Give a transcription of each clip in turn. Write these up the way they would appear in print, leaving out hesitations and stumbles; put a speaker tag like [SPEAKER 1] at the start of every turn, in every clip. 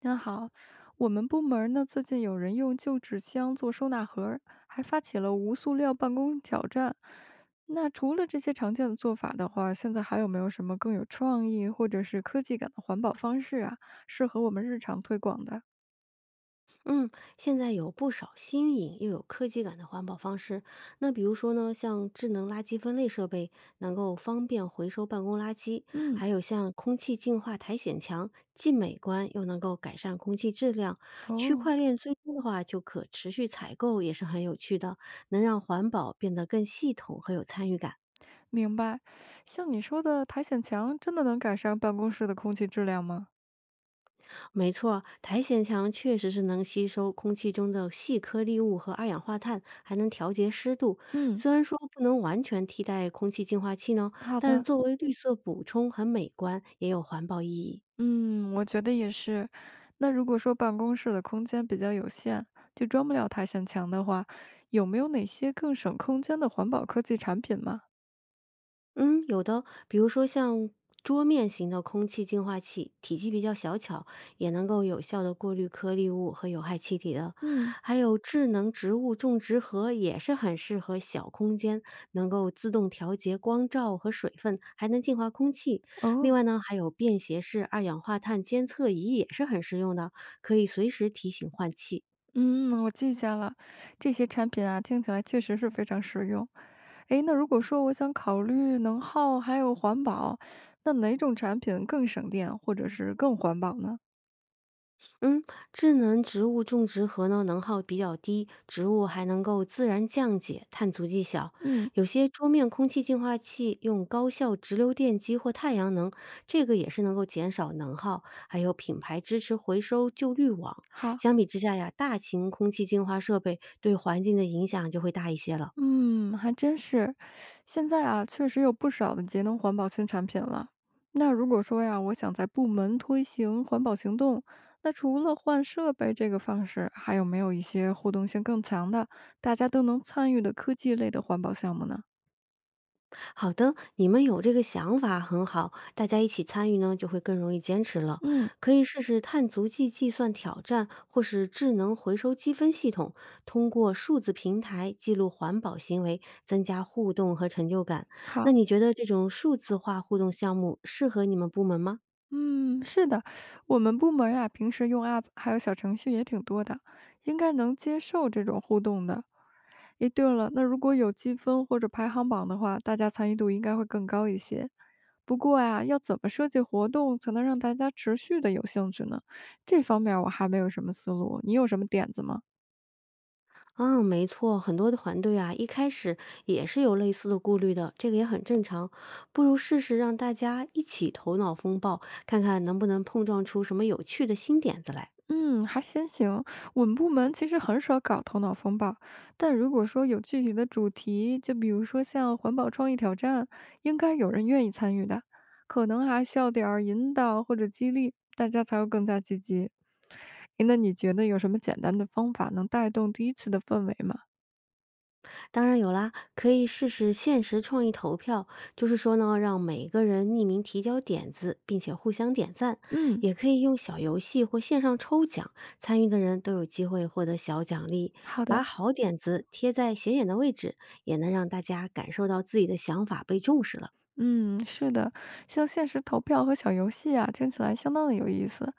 [SPEAKER 1] 您好，我们部门儿呢最近有人用旧纸箱做收纳盒儿还发起了无塑料办公挑战。那除了这些常见的做法的话，现在还有没有什么更有创意或者是科技感的环保方式啊，适合我们日常推广的？
[SPEAKER 2] 嗯，现在有不少新颖又有科技感的环保方式。那比如说呢，像智能垃圾分类设备能够方便回收办公垃圾，
[SPEAKER 1] 嗯，
[SPEAKER 2] 还有像空气净化苔藓墙，既美观又能够改善空气质量。区
[SPEAKER 1] 哦，
[SPEAKER 2] 块链追踪的话，就可持续采购，也是很有趣的，能让环保变得更系统和有参与感。
[SPEAKER 1] 明白，像你说的苔藓墙，真的能改善办公室的空气质量吗？
[SPEAKER 2] 没错，苔藓墙确实是能吸收空气中的细颗粒物和二氧化碳，还能调节湿度。
[SPEAKER 1] 嗯，
[SPEAKER 2] 虽然说不能完全替代空气净化器呢，
[SPEAKER 1] 好
[SPEAKER 2] 但
[SPEAKER 1] 的，
[SPEAKER 2] 作为绿色补充很美观，也有环保意义。
[SPEAKER 1] 嗯，我觉得也是。那如果说办公室的空间比较有限，就装不了太显墙的话，有没有哪些更省空间的环保科技产品吗？
[SPEAKER 2] 嗯，有的，比如说像桌面型的空气净化器，体积比较小巧，也能够有效的过滤颗粒物和有害气体的。
[SPEAKER 1] 嗯，
[SPEAKER 2] 还有智能植物种植盒也是很适合小空间，能够自动调节光照和水分，还能净化空气。另
[SPEAKER 1] 哦，
[SPEAKER 2] 外呢，还有便携式二氧化碳监测仪也是很实用的，可以随时提醒换气。
[SPEAKER 1] 嗯，我记下了，这些产品啊，听起来确实是非常实用。诶，那如果说我想考虑能耗还有环保，那哪种产品更省电或者是更环保呢？
[SPEAKER 2] 嗯，智能植物种植盒呢，能耗比较低，植物还能够自然降解，碳足迹小。
[SPEAKER 1] 嗯，
[SPEAKER 2] 有些桌面空气净化器用高效直流电机或太阳能，这个也是能够减少能耗。还有品牌支持回收旧滤网。
[SPEAKER 1] 好。
[SPEAKER 2] 相比之下呀，大型空气净化设备对环境的影响就会大一些了。
[SPEAKER 1] 嗯，还真是。现在啊，确实有不少的节能环保新产品了。那如果说呀，我想在部门推行环保行动，那除了换设备这个方式，还有没有一些互动性更强的，大家都能参与的科技类的环保项目呢？
[SPEAKER 2] 好的，你们有这个想法很好，大家一起参与呢，就会更容易坚持了。
[SPEAKER 1] 嗯，
[SPEAKER 2] 可以试试碳足迹计算挑战，或是智能回收积分系统，通过数字平台记录环保行为，增加互动和成就感。那
[SPEAKER 1] 好。
[SPEAKER 2] 你觉得这种数字化互动项目适合你们部门吗？
[SPEAKER 1] 嗯，是的，我们部门呀，平时用 App 还有小程序也挺多的，应该能接受这种互动的。诶，对了，那如果有积分或者排行榜的话，大家参与度应该会更高一些。不过啊，要怎么设计活动才能让大家持续的有兴趣呢？这方面儿我还没有什么思路，你有什么点子吗？
[SPEAKER 2] 嗯，没错，很多的团队啊，一开始也是有类似的顾虑的，这个也很正常。不如试试让大家一起头脑风暴，看看能不能碰撞出什么有趣的新点子来。
[SPEAKER 1] 嗯，还行行。我们部门其实很少搞头脑风暴，但如果说有具体的主题，就比如说像环保创意挑战，应该有人愿意参与的。可能还需要点儿引导或者激励，大家才会更加积极。诶那你觉得有什么简单的方法能带动第一次的氛围吗？
[SPEAKER 2] 当然有啦，可以试试限时创意投票，就是说呢，让每个人匿名提交点子，并且互相点赞。
[SPEAKER 1] 嗯，
[SPEAKER 2] 也可以用小游戏或线上抽奖，参与的人都有机会获得小奖励。
[SPEAKER 1] 好
[SPEAKER 2] 把
[SPEAKER 1] 的。
[SPEAKER 2] 好点子贴在显眼的位置，也能让大家感受到自己的想法被重视了。
[SPEAKER 1] 嗯，是的，像限时投票和小游戏啊，听起来相当的有意思。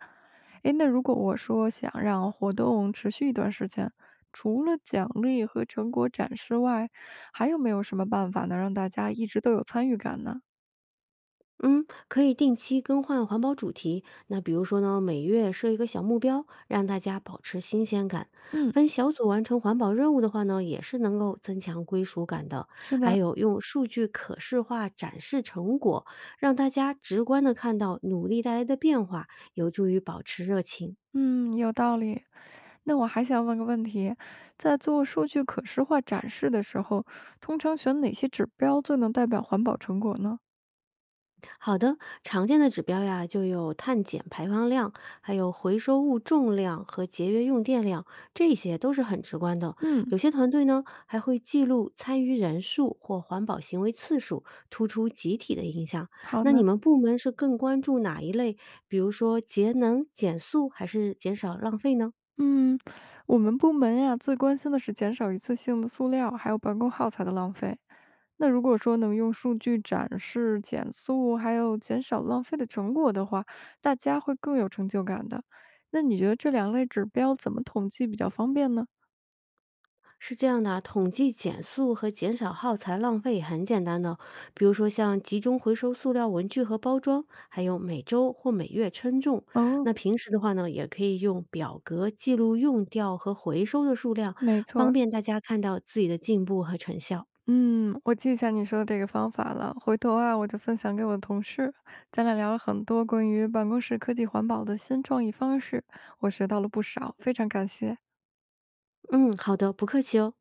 [SPEAKER 1] 诶，那如果我说想让活动持续一段时间，除了奖励和成果展示外，还有没有什么办法能让大家一直都有参与感呢？
[SPEAKER 2] 嗯，可以定期更换环保主题。那比如说呢，每月设一个小目标，让大家保持新鲜感。
[SPEAKER 1] 嗯，
[SPEAKER 2] 分小组完成环保任务的话呢，也是能够增强归属感的。
[SPEAKER 1] 是
[SPEAKER 2] 还
[SPEAKER 1] 的，
[SPEAKER 2] 有用数据可视化展示成果，让大家直观的看到努力带来的变化，有助于保持热情。
[SPEAKER 1] 嗯，有道理。那我还想问个问题，在做数据可视化展示的时候，通常选哪些指标最能代表环保成果呢？
[SPEAKER 2] 好的，常见的指标呀，就有碳减排放量，还有回收物重量和节约用电量，这些都是很直观的。
[SPEAKER 1] 嗯，
[SPEAKER 2] 有些团队呢，还会记录参与人数或环保行为次数，突出集体的影响。
[SPEAKER 1] 好
[SPEAKER 2] 那你
[SPEAKER 1] 的。
[SPEAKER 2] 们部门是更关注哪一类？比如说节能、减速，还是减少浪费呢？
[SPEAKER 1] 嗯，我们部门呀，最关心的是减少一次性的塑料，还有办公耗材的浪费。那如果说能用数据展示减速，还有减少浪费的成果的话，大家会更有成就感的。那你觉得这两类指标怎么统计比较方便呢？
[SPEAKER 2] 是这样的啊，统计减速和减少耗材浪费很简单的，比如说像集中回收塑料文具和包装，还有每周或每月称重。
[SPEAKER 1] 哦，
[SPEAKER 2] 那平时的话呢，也可以用表格记录用掉和回收的数量，
[SPEAKER 1] 没错
[SPEAKER 2] 方
[SPEAKER 1] 儿
[SPEAKER 2] 便大家看到自己的进步和成效。
[SPEAKER 1] 嗯，我记下你说的这个方法了，回头啊，我就分享给我的同事。咱俩聊了很多关于办公室科技环保的新创意方式，我学到了不少，非常感谢。
[SPEAKER 2] 嗯，好的，不客气哦。